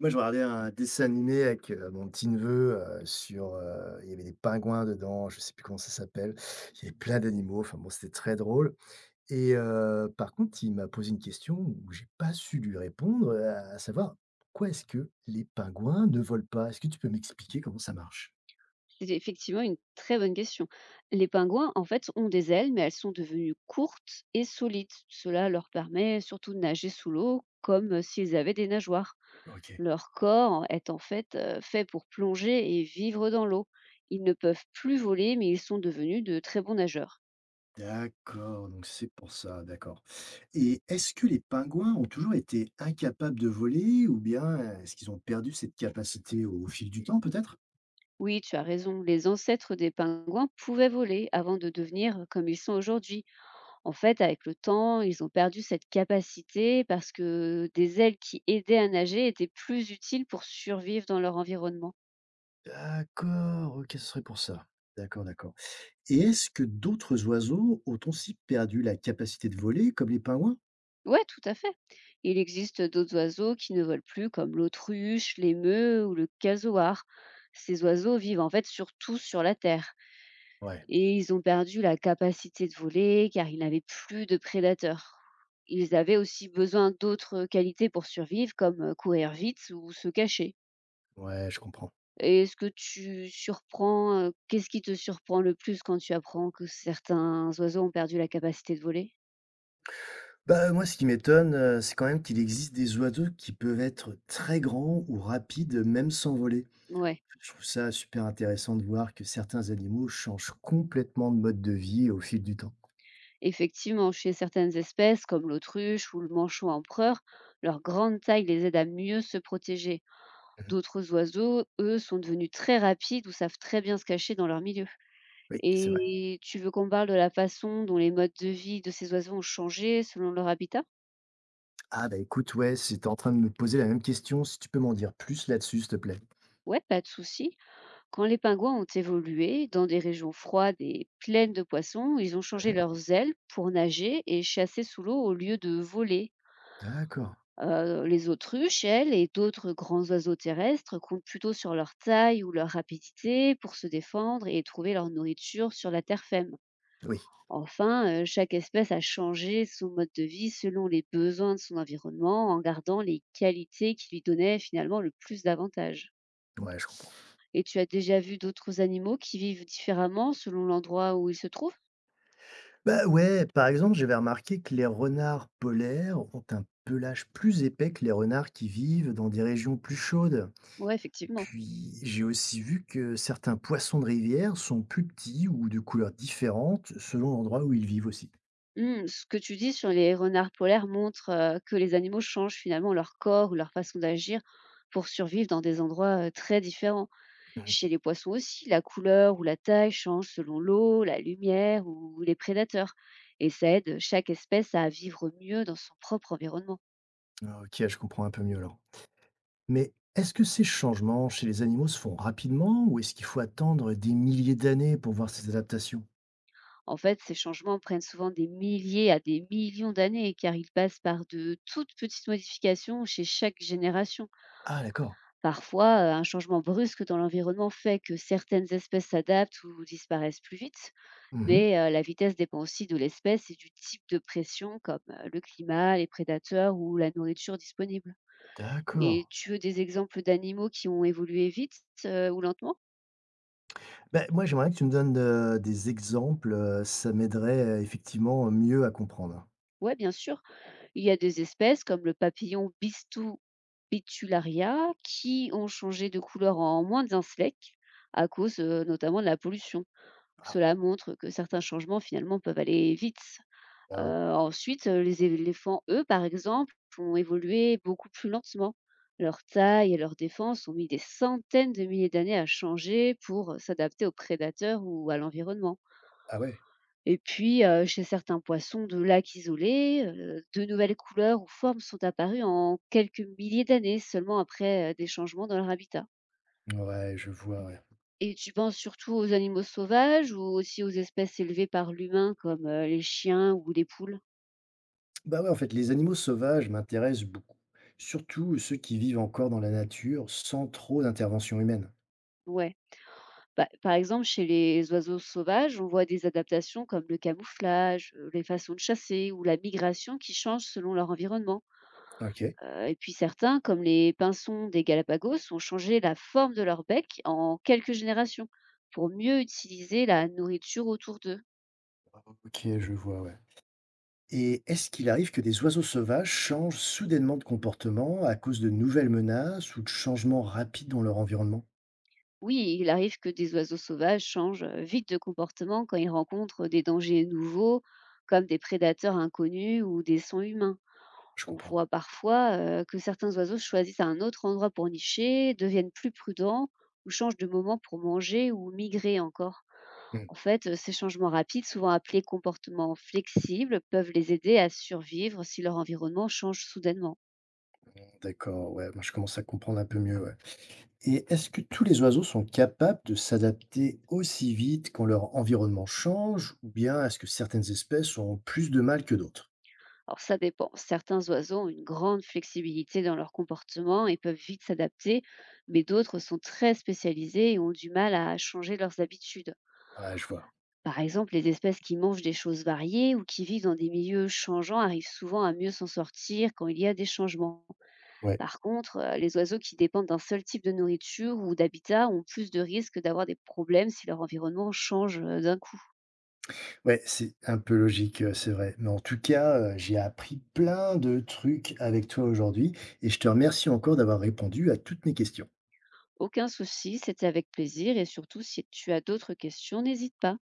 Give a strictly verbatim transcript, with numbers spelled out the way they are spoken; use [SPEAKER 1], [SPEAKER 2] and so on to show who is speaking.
[SPEAKER 1] Moi, je regardais un dessin animé avec, heu, mon petit neveu, heu, sur, heu, il y avait des pingouins dedans, je sais plus comment ça s'appelle. Il y avait plein d'animaux, enfin bon, c'était très drôle et heu, par contre, il m'a posé une question où j'ai pas su lui répondre, heu, à savoir : « Pourquoi est-ce que les pingouins ne volent pas ? » Est-ce que tu peux m'expliquer comment ça marche?
[SPEAKER 2] C'est effectivement une très bonne question. Les pingouins, en fait, ont des ailes, mais elles sont devenues courtes et solides. Cela leur permet surtout de nager sous l'eau comme s'ils avaient des nageoires.
[SPEAKER 1] OK.
[SPEAKER 2] Leur corps est en fait euh, fait pour plonger et vivre dans l'eau. Ils ne peuvent plus voler, mais ils sont devenus de très bons nageurs.
[SPEAKER 1] D'accord, donc c'est pour ça, d'accord. Et est-ce que les pingouins ont toujours été incapables de voler ou bien, est-ce qu'ils ont perdu cette capacité au fil du temps peut-être?
[SPEAKER 2] Oui, tu as raison, les ancêtres des pingouins pouvaient voler avant de devenir comme ils sont aujourd'hui. En fait, avec le temps, ils ont perdu cette capacité parce que des ailes qui aidaient à nager étaient plus utiles pour survivre dans leur environnement.
[SPEAKER 1] D'accord, OK, ce serait pour ça. D'accord, d'accord. Et est-ce que d'autres oiseaux ont aussi perdu la capacité de voler, comme les pingouins?
[SPEAKER 2] Ouais, tout à fait. Il existe d'autres oiseaux qui ne volent plus, comme l'autruche, l'émeu ou le casoar. Ces oiseaux vivent en fait surtout sur la terre
[SPEAKER 1] Ouais,
[SPEAKER 2] et ils ont perdu la capacité de voler car ils n'avaient plus de prédateurs. Ils avaient aussi besoin d'autres qualités pour survivre, comme euh, courir vite ou se cacher.
[SPEAKER 1] ouais, je comprends.
[SPEAKER 2] Et est-ce que tu surprends, heu, qu'est-ce qui te surprend le plus quand tu apprends que certains oiseaux ont perdu la capacité de voler?
[SPEAKER 1] Bah, moi, ce qui m'étonne, euh, c'est quand même qu'il existe des oiseaux qui peuvent être très grands ou rapides, même sans voler.
[SPEAKER 2] Ouais,
[SPEAKER 1] Je trouve ça super intéressant de voir que certains animaux changent complètement de mode de vie au fil du temps.
[SPEAKER 2] effectivement, chez certaines espèces comme l'autruche ou le manchot empereur, leur grande taille les aide à mieux se protéger.
[SPEAKER 1] Mhm.
[SPEAKER 2] D'autres oiseaux, eux, sont devenus très rapides ou savent très bien se cacher dans leur milieu.
[SPEAKER 1] Oui, c'est vrai.
[SPEAKER 2] Et tu veux qu'on parle de la façon dont les modes de vie de ces oiseaux ont changé selon leur habitat?
[SPEAKER 1] Ah, bah écoute, ouais, c'était en train de me poser la même question. Si tu peux m'en dire plus là-dessus, s'il te plaît.
[SPEAKER 2] Ouais, pas de souci. Quand les pingouins ont évolué dans des régions froides et pleines de poissons, ils ont changé
[SPEAKER 1] Mhm.
[SPEAKER 2] leurs ailes pour nager et chasser sous l'eau au lieu de voler.
[SPEAKER 1] D'accord.
[SPEAKER 2] Euh, les autruches, elles, et d'autres grands oiseaux terrestres comptent plutôt sur leur taille ou leur rapidité pour se défendre et trouver leur nourriture sur la terre ferme.
[SPEAKER 1] Oui,
[SPEAKER 2] Enfin, euh, chaque espèce a changé son mode de vie selon les besoins de son environnement en gardant les qualités qui lui donnaient finalement le plus d'avantages.
[SPEAKER 1] ouais, je
[SPEAKER 2] Et tu as déjà vu d'autres animaux qui vivent différemment selon l'endroit où ils se trouvent?
[SPEAKER 1] bah, ouais, par exemple, j'avais remarqué que les renards polaires ont un pelage plus épais que les renards qui vivent dans des régions plus chaudes.
[SPEAKER 2] Ouais, effectivement.
[SPEAKER 1] Puis j'ai aussi vu que certains poissons de rivière sont plus petits ou de couleurs différentes selon l'endroit où ils vivent aussi.
[SPEAKER 2] Mmh, ce que tu dis sur les renards polaires montre, heu, que les animaux changent finalement leur corps ou leur façon d'agir pour survivre dans des endroits, heu, très différents.
[SPEAKER 1] Mhm.
[SPEAKER 2] Chez les poissons aussi, la couleur ou la taille change selon l'eau, la lumière ou les prédateurs et ça aide chaque espèce à vivre mieux dans son propre environnement.
[SPEAKER 1] Ok, je comprends un peu mieux alors. Mais est-ce que ces changements chez les animaux se font rapidement ou est-ce qu'il faut attendre des milliers d'années pour voir ces adaptations?
[SPEAKER 2] En fait, ces changements prennent souvent des milliers à des millions d'années, car ils passent par de toutes petites modifications chez chaque génération.
[SPEAKER 1] Ah, d'accord.
[SPEAKER 2] Parfois, euh, un changement brusque dans l'environnement fait que certaines espèces s'adaptent ou disparaissent plus vite,
[SPEAKER 1] Mhm.
[SPEAKER 2] mais euh, la vitesse dépend aussi de l'espèce et du type de pression, comme euh, le climat, les prédateurs ou la nourriture disponible.
[SPEAKER 1] D'accord.
[SPEAKER 2] Et tu veux des exemples d'animaux qui ont évolué vite euh, ou lentement.
[SPEAKER 1] Ben moi, j'aimerais que tu me donnes, heu, des exemples, heu, ça m'aiderait, heu, effectivement mieux à comprendre.
[SPEAKER 2] Ouais, bien sûr. Il y a des espèces comme le papillon Bistou betularia qui ont changé de couleur en moins d'un siècle à cause euh, notamment de la pollution.
[SPEAKER 1] Ah,
[SPEAKER 2] Cela montre que certains changements finalement peuvent aller vite.
[SPEAKER 1] ah ouais.
[SPEAKER 2] Euh, ensuite, euh, les éléphants, eux, par exemple, ont évolué beaucoup plus lentement. Leur taille et leur défense ont mis des centaines de milliers d'années à changer pour s'adapter aux prédateurs ou à l'environnement.
[SPEAKER 1] Ah ouais?
[SPEAKER 2] Et puis, heu, chez certains poissons de lacs isolés, heu, de nouvelles couleurs ou formes sont apparues en quelques milliers d'années seulement après, heu, des changements dans leur habitat.
[SPEAKER 1] Ouais, je vois, ouais.
[SPEAKER 2] Et tu penses surtout aux animaux sauvages ou aussi aux espèces élevées par l'humain comme, heu, les chiens ou les poules?
[SPEAKER 1] Bah, ouais, en fait, les animaux sauvages m'intéressent beaucoup, surtout ceux qui vivent encore dans la nature sans trop d'intervention humaine.
[SPEAKER 2] Ouais. Bah, par exemple, chez les oiseaux sauvages, on voit des adaptations comme le camouflage, heu, les façons de chasser ou la migration qui changent selon leur environnement.
[SPEAKER 1] OK.
[SPEAKER 2] Heu et puis certains, comme les pinsons des Galapagos, ont changé la forme de leur bec en quelques générations pour mieux utiliser la nourriture autour d'eux.
[SPEAKER 1] OK, je vois, ouais. Et est-ce qu'il arrive que des oiseaux sauvages changent soudainement de comportement à cause de nouvelles menaces ou de changements rapides dans leur environnement?
[SPEAKER 2] Oui, il arrive que des oiseaux sauvages changent euh, vite de comportement quand ils rencontrent des dangers nouveaux, comme des prédateurs inconnus ou des sons humains.
[SPEAKER 1] Je
[SPEAKER 2] On
[SPEAKER 1] comprends.
[SPEAKER 2] voit parfois, heu, que certains oiseaux choisissent un autre endroit pour nicher, deviennent plus prudents ou changent de moment pour manger ou migrer encore.
[SPEAKER 1] Mmh,
[SPEAKER 2] En fait, heu, ces changements rapides, souvent appelés comportements flexibles, peuvent les aider à survivre si leur environnement change soudainement.
[SPEAKER 1] d'accord, ouais, moi, je commence à comprendre un peu mieux, ouais. Et est-ce que tous les oiseaux sont capables de s'adapter aussi vite quand leur environnement change, ou bien est-ce que certaines espèces ont plus de mal que d'autres?
[SPEAKER 2] Alors ça dépend. Certains oiseaux ont une grande flexibilité dans leur comportement et peuvent vite s'adapter, mais d'autres sont très spécialisés et ont du mal à changer leurs habitudes.
[SPEAKER 1] Ah, je vois.
[SPEAKER 2] Par exemple, les espèces qui mangent des choses variées ou qui vivent dans des milieux changeants arrivent souvent à mieux s'en sortir quand il y a des changements.
[SPEAKER 1] Ouais,
[SPEAKER 2] Par contre, heu, les oiseaux qui dépendent d'un seul type de nourriture ou d'habitat ont plus de risques d'avoir des problèmes si leur environnement change, heu, d'un coup.
[SPEAKER 1] ouais, c'est un peu logique, euh, c'est vrai. Mais en tout cas, euh, j'ai appris plein de trucs avec toi aujourd'hui et je te remercie encore d'avoir répondu à toutes mes questions.
[SPEAKER 2] Aucun souci, c'était avec plaisir et surtout si tu as d'autres questions, n'hésite pas.